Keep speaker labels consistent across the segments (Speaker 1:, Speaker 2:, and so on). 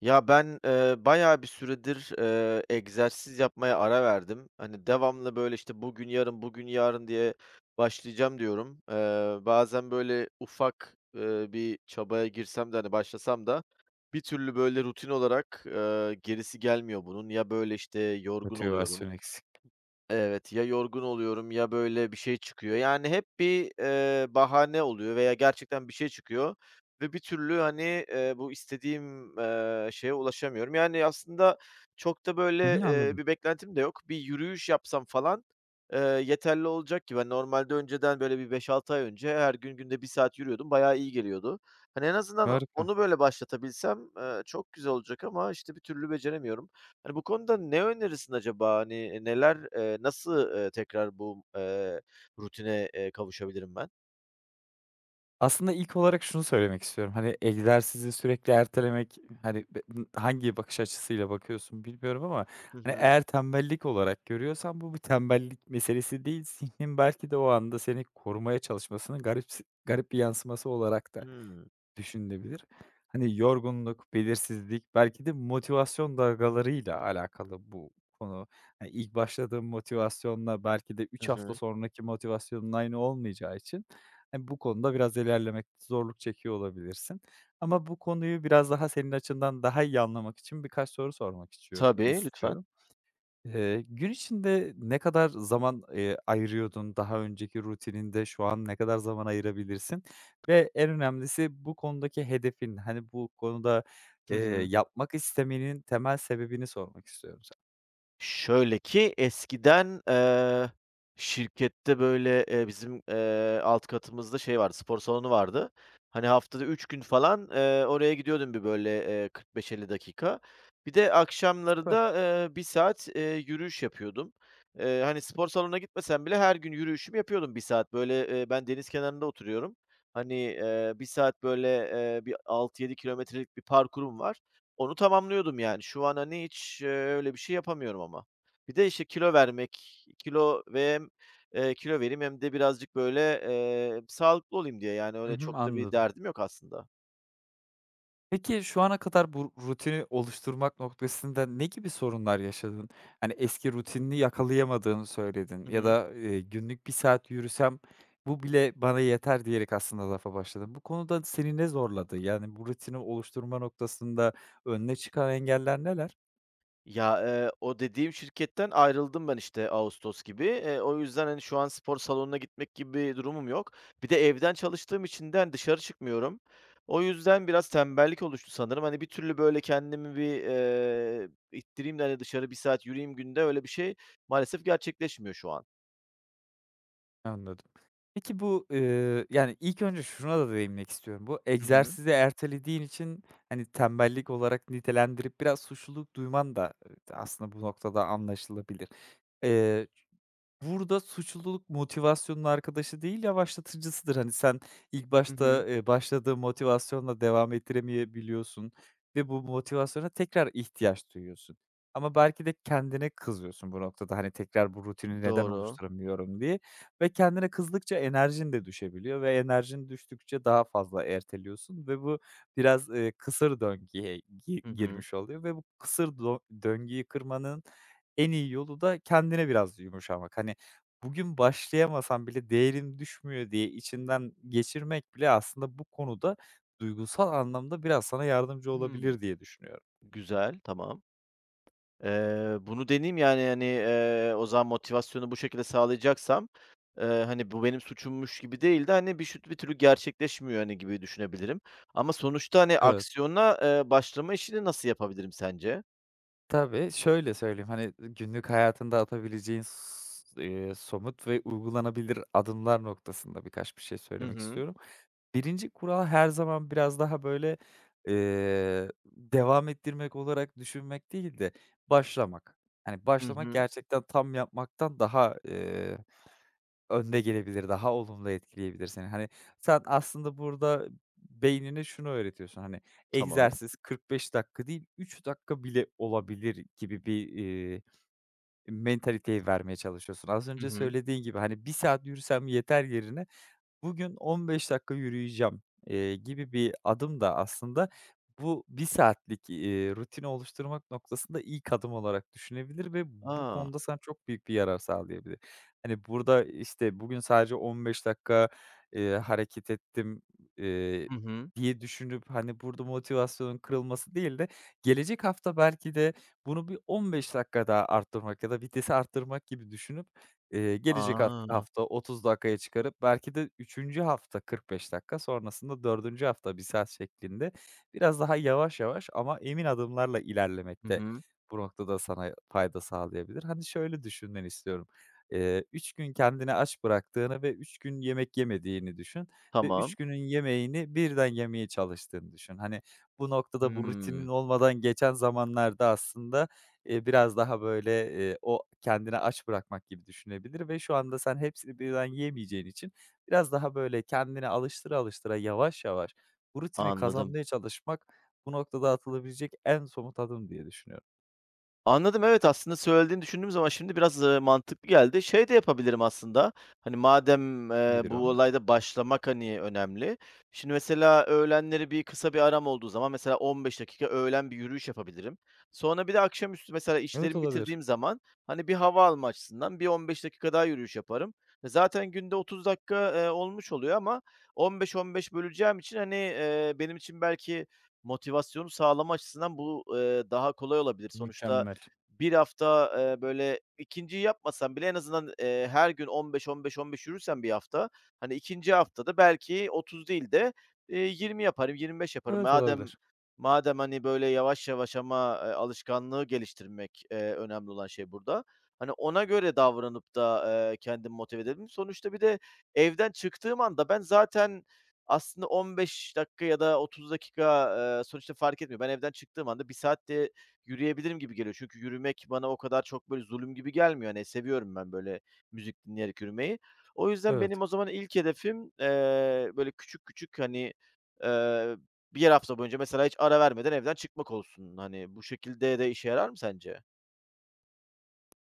Speaker 1: Ya, ben, bayağı bir süredir, egzersiz yapmaya ara verdim. Hani, devamlı, böyle, işte, "Bugün, yarın, bugün, yarın." diye başlayacağım diyorum. Bazen, böyle, ufak, bir çabaya girsem de, hani, başlasam da bir türlü, böyle, rutin olarak, gerisi gelmiyor bunun. Ya, böyle, işte, yorgun oluyorum.
Speaker 2: Motivasyon eksik.
Speaker 1: Evet, ya yorgun oluyorum ya böyle bir şey çıkıyor. Yani hep bir, bahane oluyor veya gerçekten bir şey çıkıyor ve bir türlü, hani, bu istediğim, şeye ulaşamıyorum. Yani aslında çok da
Speaker 2: Hı
Speaker 1: böyle,
Speaker 2: hı, anladım.
Speaker 1: bir beklentim de yok. Bir yürüyüş yapsam falan, yeterli olacak gibi. Hani, normalde önceden böyle bir 5-6 ay önce her gün günde bir saat yürüyordum, bayağı iyi geliyordu. Hani, en azından
Speaker 2: Harika.
Speaker 1: onu böyle başlatabilsem, çok güzel olacak ama, işte, bir türlü beceremiyorum. Hani, bu konuda ne önerirsin acaba? Hani, neler, nasıl, tekrar bu, rutine, kavuşabilirim ben?
Speaker 2: Aslında ilk olarak şunu söylemek istiyorum. Hani egzersizi sürekli ertelemek, hani, hangi bakış açısıyla bakıyorsun bilmiyorum ama,
Speaker 1: Hı
Speaker 2: hani,
Speaker 1: hı.
Speaker 2: eğer tembellik olarak görüyorsan bu bir tembellik meselesi değil. Zihnin belki de o anda seni korumaya çalışmasının garip garip bir yansıması olarak da
Speaker 1: Hımm.
Speaker 2: düşünülebilir. Hani yorgunluk, belirsizlik, belki de motivasyon dalgalarıyla alakalı bu konu. Hani ilk başladığın motivasyonla belki de
Speaker 1: Hı
Speaker 2: üç hafta
Speaker 1: hı.
Speaker 2: sonraki motivasyonun aynı olmayacağı için, hani, bu konuda biraz ilerlemekte zorluk çekiyor olabilirsin. Ama bu konuyu biraz daha senin açından daha iyi anlamak için birkaç soru sormak istiyor
Speaker 1: Tabii, lütfen.
Speaker 2: istiyorum. Gün içinde ne kadar zaman, ayırıyordun daha önceki rutininde? Şu an ne kadar zaman ayırabilirsin? Ve en önemlisi bu konudaki hedefin, hani, bu konuda,
Speaker 1: Hı
Speaker 2: eee,
Speaker 1: hı.
Speaker 2: yapmak istemenin temel sebebini sormak istiyorum sana.
Speaker 1: Şöyle ki, eskiden, şirkette, böyle, bizim, alt katımızda şey vardı, spor salonu vardı. Hani, haftada 3 gün falan, oraya gidiyordum bir, böyle, 45-50 dakika. Bir de akşamları
Speaker 2: Süper.
Speaker 1: da, 1 saat, yürüyüş yapıyordum. Hani, spor salonuna gitmesem bile her gün yürüyüşümü yapıyordum bir saat. Böyle, ben deniz kenarında oturuyorum. Hani, 1 saat, böyle, bir 6-7 kilometrelik bir parkurum var. Onu tamamlıyordum yani. Şu an, hani, hiç, öyle bir şey yapamıyorum ama. Bir de, işte, kilo vermek, kilo ve hem, kilo vereyim hem de birazcık, böyle, sağlıklı olayım diye. Yani
Speaker 2: Hı
Speaker 1: öyle
Speaker 2: hı,
Speaker 1: çok da bir
Speaker 2: anladım.
Speaker 1: derdim yok aslında.
Speaker 2: Peki, şu ana kadar bu rutini oluşturmak noktasında ne gibi sorunlar yaşadın? Hani, eski rutinini yakalayamadığını söyledin
Speaker 1: Hı
Speaker 2: ya
Speaker 1: hı.
Speaker 2: da, "Günlük bir saat yürüsem bu bile bana yeter." diyerek aslında lafa başladın. Bu konuda seni ne zorladı? Yani, bu rutini oluşturma noktasında önüne çıkan engeller neler?
Speaker 1: Ya, o dediğim şirketten ayrıldım ben, işte, ağustos gibi. O yüzden, hani, şu an spor salonuna gitmek gibi bir durumum yok. Bir de evden çalıştığım için de, hani, dışarı çıkmıyorum. O yüzden biraz tembellik oluştu sanırım. Hani, bir türlü, böyle, kendimi bir, ittireyim de, hani, dışarı bir saat yürüyeyim günde, öyle bir şey maalesef gerçekleşmiyor şu an.
Speaker 2: Anladım. Peki bu, yani, ilk önce şuna da değinmek istiyorum. Bu
Speaker 1: Hı hı.
Speaker 2: egzersizi ertelediğin için, hani, tembellik olarak nitelendirip biraz suçluluk duyman da, aslında bu noktada anlaşılabilir. Burada suçluluk motivasyonun arkadaşı değil, yavaşlatıcısıdır. Hani, sen ilk
Speaker 1: Hı hı.
Speaker 2: başta, başladığın motivasyonla devam ettiremeyebiliyorsun ve bu motivasyona tekrar ihtiyaç duyuyorsun. Ama belki de kendine kızıyorsun bu noktada, hani, tekrar bu rutini neden
Speaker 1: Doğru.
Speaker 2: oluşturamıyorum diye ve kendine kızdıkça enerjin de düşebiliyor ve enerjin düştükçe daha fazla erteliyorsun ve bu biraz, kısır döngüye
Speaker 1: Hı hı.
Speaker 2: girmiş oluyor ve bu kısır döngüyü kırmanın en iyi yolu da kendine biraz yumuşamak. Hani, bugün başlayamasan bile değerin düşmüyor diye içinden geçirmek bile aslında bu konuda duygusal anlamda biraz sana yardımcı
Speaker 1: Hımm.
Speaker 2: olabilir diye düşünüyorum.
Speaker 1: Güzel, tamam. Bunu deneyeyim, yani, hani, o zaman motivasyonu bu şekilde sağlayacaksam, hani, bu benim suçummuş gibi değil de, hani, bir şut bir türlü gerçekleşmiyor, hani, gibi düşünebilirim. Ama sonuçta, hani,
Speaker 2: Evet.
Speaker 1: aksiyona, başlama işini nasıl yapabilirim sence?
Speaker 2: Tabii, şöyle söyleyeyim, hani, günlük hayatında atabileceğin somut ve uygulanabilir adımlar noktasında birkaç bir şey
Speaker 1: Hı
Speaker 2: söylemek
Speaker 1: hı.
Speaker 2: istiyorum. Birinci kural her zaman biraz daha böyle, devam ettirmek olarak düşünmek değil de başlamak. Hani,
Speaker 1: Hı
Speaker 2: başlamak
Speaker 1: hı.
Speaker 2: gerçekten tam yapmaktan daha, önde gelebilir, daha olumlu etkileyebilir seni. Hani, sen aslında burada beynine şunu öğretiyorsun, hani,
Speaker 1: Tamam.
Speaker 2: egzersiz 45 dakika değil, 3 dakika bile olabilir gibi bir, mentaliteyi vermeye çalışıyorsun. Az
Speaker 1: Hı
Speaker 2: önce
Speaker 1: hı.
Speaker 2: söylediğin gibi, hani, bir saat yürüsem yeter yerine bugün 15 dakika yürüyeceğim, gibi bir adım da aslında bu bir saatlik, rutini oluşturmak noktasında ilk adım olarak düşünebilir ve bu
Speaker 1: A!
Speaker 2: konuda sana çok büyük bir yarar sağlayabilir. Hani, burada, işte, bugün sadece 15 dakika, hareket ettim, eee,
Speaker 1: Hı hı.
Speaker 2: diye düşünüp, hani, burada motivasyonun kırılması değil de gelecek hafta belki de bunu bir 15 dakika daha arttırmak ya da vitesi arttırmak gibi düşünüp gelecek
Speaker 1: A!
Speaker 2: hafta 30 dakikaya çıkarıp belki de üçüncü hafta 45 dakika, sonrasında dördüncü hafta bir saat şeklinde biraz daha yavaş yavaş ama emin adımlarla
Speaker 1: Hı
Speaker 2: ilerlemekte de
Speaker 1: hı.
Speaker 2: bu noktada sana fayda sağlayabilir. Hani, şöyle düşünmeni istiyorum. 3 gün kendini aç bıraktığını ve 3 gün yemek yemediğini düşün ve 3
Speaker 1: Tamam.
Speaker 2: günün yemeğini birden yemeye çalıştığını düşün. Hani, bu noktada bu rutinin
Speaker 1: Hımm.
Speaker 2: olmadan geçen zamanlarda aslında biraz daha, böyle, o kendini aç bırakmak gibi düşünebilir ve şu anda sen hepsini birden yiyemeyeceğin için biraz daha, böyle, kendini alıştıra alıştıra yavaş yavaş bu rutini
Speaker 1: Anladım.
Speaker 2: kazanmaya çalışmak bu noktada atılabilecek en somut adım diye düşünüyorum.
Speaker 1: Anladım, evet, aslında söylediğini düşündüğüm zaman şimdi biraz, mantıklı geldi. Şey de yapabilirim aslında, hani, madem,
Speaker 2: Nedir
Speaker 1: bu
Speaker 2: o?
Speaker 1: olayda başlamak, hani, önemli. Şimdi mesela öğlenleri bir kısa bir aram olduğu zaman mesela 15 dakika öğlen bir yürüyüş yapabilirim. Sonra bir de akşamüstü mesela
Speaker 2: Evet,
Speaker 1: işlerimi
Speaker 2: olabilir.
Speaker 1: bitirdiğim zaman, hani, bir hava alma açısından bir 15 dakika daha yürüyüş yaparım. E, zaten günde 30 dakika, olmuş oluyor ama 15-15 böleceğim için, hani, benim için belki motivasyonu sağlama açısından bu, daha kolay olabilir. Sonuçta
Speaker 2: Mükemmel.
Speaker 1: bir hafta, böyle ikinciyi yapmasam bile en azından, her gün 15, 15, 15 yürürsem bir hafta, hani, ikinci haftada belki 30 değil de, 20 yaparım, 25 yaparım.
Speaker 2: Evet,
Speaker 1: Madem
Speaker 2: olabilir.
Speaker 1: madem, hani, böyle yavaş yavaş ama, alışkanlığı geliştirmek, önemli olan şey burada. Hani, ona göre davranıp da, kendimi motive edelim. Sonuçta bir de evden çıktığım anda ben zaten aslında 15 dakika ya da 30 dakika, sonuçta fark etmiyor. Ben evden çıktığım anda 1 saat yürüyebilirim gibi geliyor. Çünkü yürümek bana o kadar çok böyle zulüm gibi gelmiyor. Hani seviyorum ben böyle müzik dinleyerek yürümeyi. O yüzden
Speaker 2: Evet.
Speaker 1: benim o zaman ilk hedefim, böyle küçük küçük, hani, eee, 1 hafta boyunca mesela hiç ara vermeden evden çıkmak olsun. Hani, bu şekilde de işe yarar mı sence?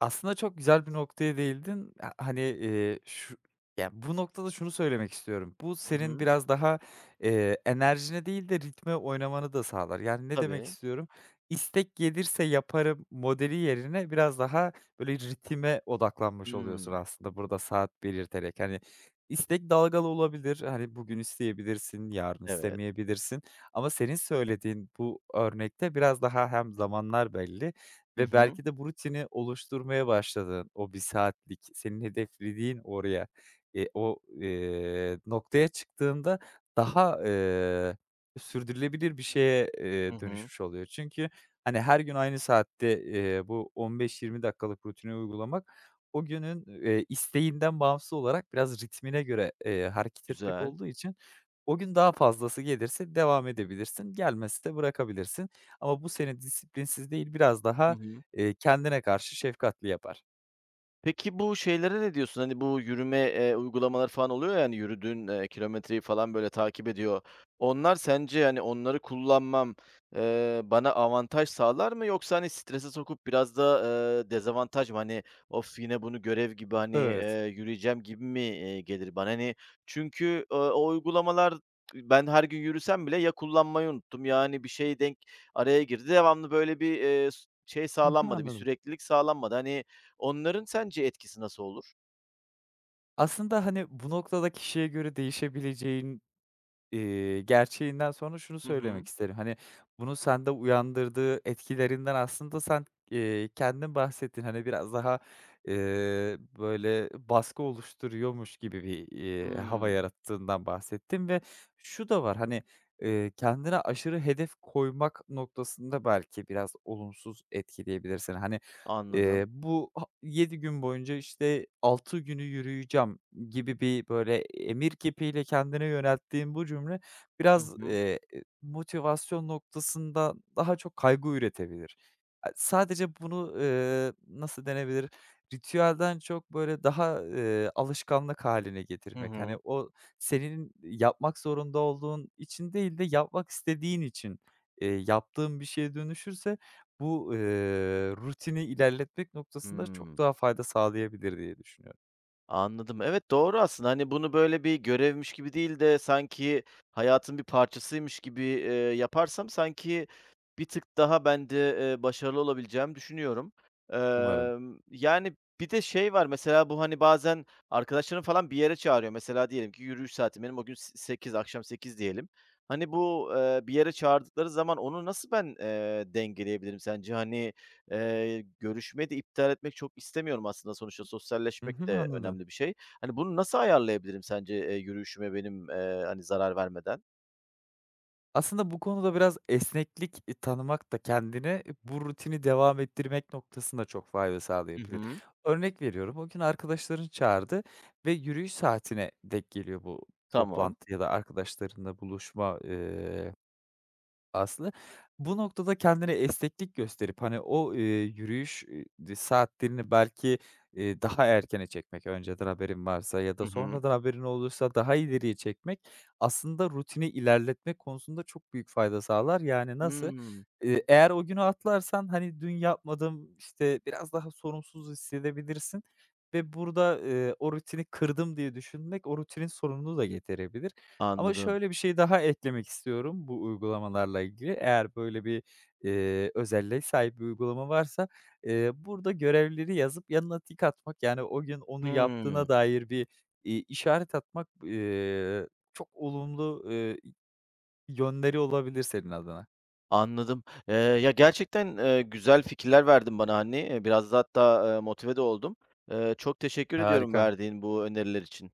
Speaker 2: Aslında çok güzel bir noktaya değildin. Ha hani, yani bu noktada şunu söylemek istiyorum. Bu
Speaker 1: Hı
Speaker 2: senin
Speaker 1: hı.
Speaker 2: biraz daha, enerjine değil de ritme oynamanı da sağlar. Yani ne demek
Speaker 1: Tabii.
Speaker 2: istiyorum? İstek gelirse yaparım modeli yerine biraz daha böyle ritme odaklanmış oluyorsun
Speaker 1: Hımm.
Speaker 2: aslında burada saat belirterek. Hani, istek dalgalı olabilir. Hani, bugün isteyebilirsin, yarın
Speaker 1: Evet.
Speaker 2: istemeyebilirsin ama senin söylediğin bu örnekte biraz daha hem zamanlar belli
Speaker 1: Hı
Speaker 2: ve
Speaker 1: hı.
Speaker 2: belki de bu rutini oluşturmaya başladın o bir saatlik senin hedeflediğin oraya, noktaya çıktığında daha, sürdürülebilir bir şeye,
Speaker 1: Hı hı.
Speaker 2: dönüşmüş oluyor. Çünkü, hani, her gün aynı saatte, bu 15-20 dakikalık rutini uygulamak o günün, isteğinden bağımsız olarak biraz ritmine göre, hareket etmek
Speaker 1: Güzel.
Speaker 2: olduğu için o gün daha fazlası gelirse devam edebilirsin, gelmezse de bırakabilirsin. Ama bu seni disiplinsiz değil, biraz daha,
Speaker 1: Hı hı.
Speaker 2: Kendine karşı şefkatli yapar.
Speaker 1: Peki bu şeylere ne diyorsun? Hani bu yürüme, uygulamaları falan oluyor ya, hani yürüdüğün, kilometreyi falan böyle takip ediyor. Onlar sence, hani, onları kullanmam, bana avantaj sağlar mı yoksa, hani, strese sokup biraz da, dezavantaj mı? Hani, "Of, yine bunu görev gibi, hani,
Speaker 2: Evet.
Speaker 1: yürüyeceğim." gibi mi, gelir bana? Hani, çünkü, o uygulamalar ben her gün yürüsem bile ya kullanmayı unuttum ya, hani, bir şey denk araya girdi. Devamlı böyle bir, şey
Speaker 2: Hı hı,
Speaker 1: sağlanmadı, bir
Speaker 2: anladım.
Speaker 1: süreklilik sağlanmadı. Hani, onların sence etkisi nasıl olur?
Speaker 2: Aslında, hani, bu noktada kişiye göre değişebileceğin, gerçeğinden sonra şunu
Speaker 1: Hı hı.
Speaker 2: söylemek isterim. Hani, bunun sende uyandırdığı etkilerinden aslında sen, kendin bahsettin. Hani, biraz daha, böyle baskı oluşturuyormuş gibi bir, hava
Speaker 1: Hımm.
Speaker 2: yarattığından bahsettin ve şu da var, hani, kendine aşırı hedef koymak noktasında belki biraz olumsuz etkileyebilirsin. Hani,
Speaker 1: Anladım.
Speaker 2: Bu 7 gün boyunca, işte, 6 günü yürüyeceğim gibi bir, böyle, emir kipiyle kendine yönelttiğin bu cümle
Speaker 1: Hı
Speaker 2: biraz,
Speaker 1: hı.
Speaker 2: motivasyon noktasında daha çok kaygı üretebilir. A sadece bunu, nasıl denebilir, ritüelden çok, böyle, daha, alışkanlık haline
Speaker 1: Hı
Speaker 2: getirmek. Hani,
Speaker 1: hı.
Speaker 2: o senin yapmak zorunda olduğun için değil de yapmak istediğin için, yaptığın bir şeye dönüşürse bu, rutini ilerletmek noktasında çok
Speaker 1: Hımm.
Speaker 2: daha fayda sağlayabilir diye düşünüyorum.
Speaker 1: Anladım. Evet, doğru aslında. Hani, bunu böyle bir görevmiş gibi değil de sanki hayatın bir parçasıymış gibi, yaparsam sanki bir tık daha bence, başarılı olabileceğimi düşünüyorum.
Speaker 2: Umarım.
Speaker 1: Yani, bir de şey var mesela bu, hani, bazen arkadaşlarım falan bir yere çağırıyor. Mesela diyelim ki yürüyüş saati. Benim o gün sekiz, akşam 8 diyelim. Hani, bu, bir yere çağırdıkları zaman onu nasıl ben, dengeleyebilirim sence? Hani, görüşmeyi de iptal etmek çok istemiyorum aslında sonuçta
Speaker 2: Hı
Speaker 1: sosyalleşmek
Speaker 2: hı,
Speaker 1: de
Speaker 2: anladım.
Speaker 1: önemli bir şey. Hani, bunu nasıl ayarlayabilirim sence, yürüyüşüme benim, hani, zarar vermeden?
Speaker 2: Aslında bu konuda biraz esneklik, tanımak da kendine bu rutini devam ettirmek noktasında çok fayda
Speaker 1: Hı
Speaker 2: sağlayabilir.
Speaker 1: hı.
Speaker 2: Örnek veriyorum, o gün arkadaşların çağırdı ve yürüyüş saatine denk geliyor bu
Speaker 1: Tamam.
Speaker 2: toplantı ya da arkadaşlarınla buluşma, Aslı. Bu noktada kendine esneklik gösterip, hani, o, yürüyüş, saatlerini belki, daha erkene çekmek, önceden haberin varsa ya da
Speaker 1: Hı hı.
Speaker 2: sonradan haberin olursa daha ileriye çekmek, aslında rutini ilerletmek konusunda çok büyük fayda sağlar. Yani nasıl?
Speaker 1: Hımm.
Speaker 2: Eğer o günü atlarsan, hani, dün yapmadım, işte, biraz daha sorumsuz hissedebilirsin ve burada, o rutini kırdım diye düşünmek, o rutinin sorununu da getirebilir. Ama
Speaker 1: Anladım.
Speaker 2: şöyle bir şey daha eklemek istiyorum bu uygulamalarla ilgili. Eğer böyle bir, özelliğe sahip bir uygulama varsa, burada görevleri yazıp yanına tik atmak, yani, o gün onu
Speaker 1: Hımm.
Speaker 2: yaptığına dair bir, işaret atmak, çok olumlu, yönleri olabilir senin adına.
Speaker 1: Anladım. Ya, gerçekten, güzel fikirler verdin bana, hani. Biraz da hatta, motive de oldum. Çok teşekkür ediyorum
Speaker 2: Harika.
Speaker 1: verdiğin bu öneriler için.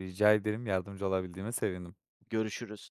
Speaker 2: Rica ederim. Yardımcı olabildiğime sevindim.
Speaker 1: Görüşürüz.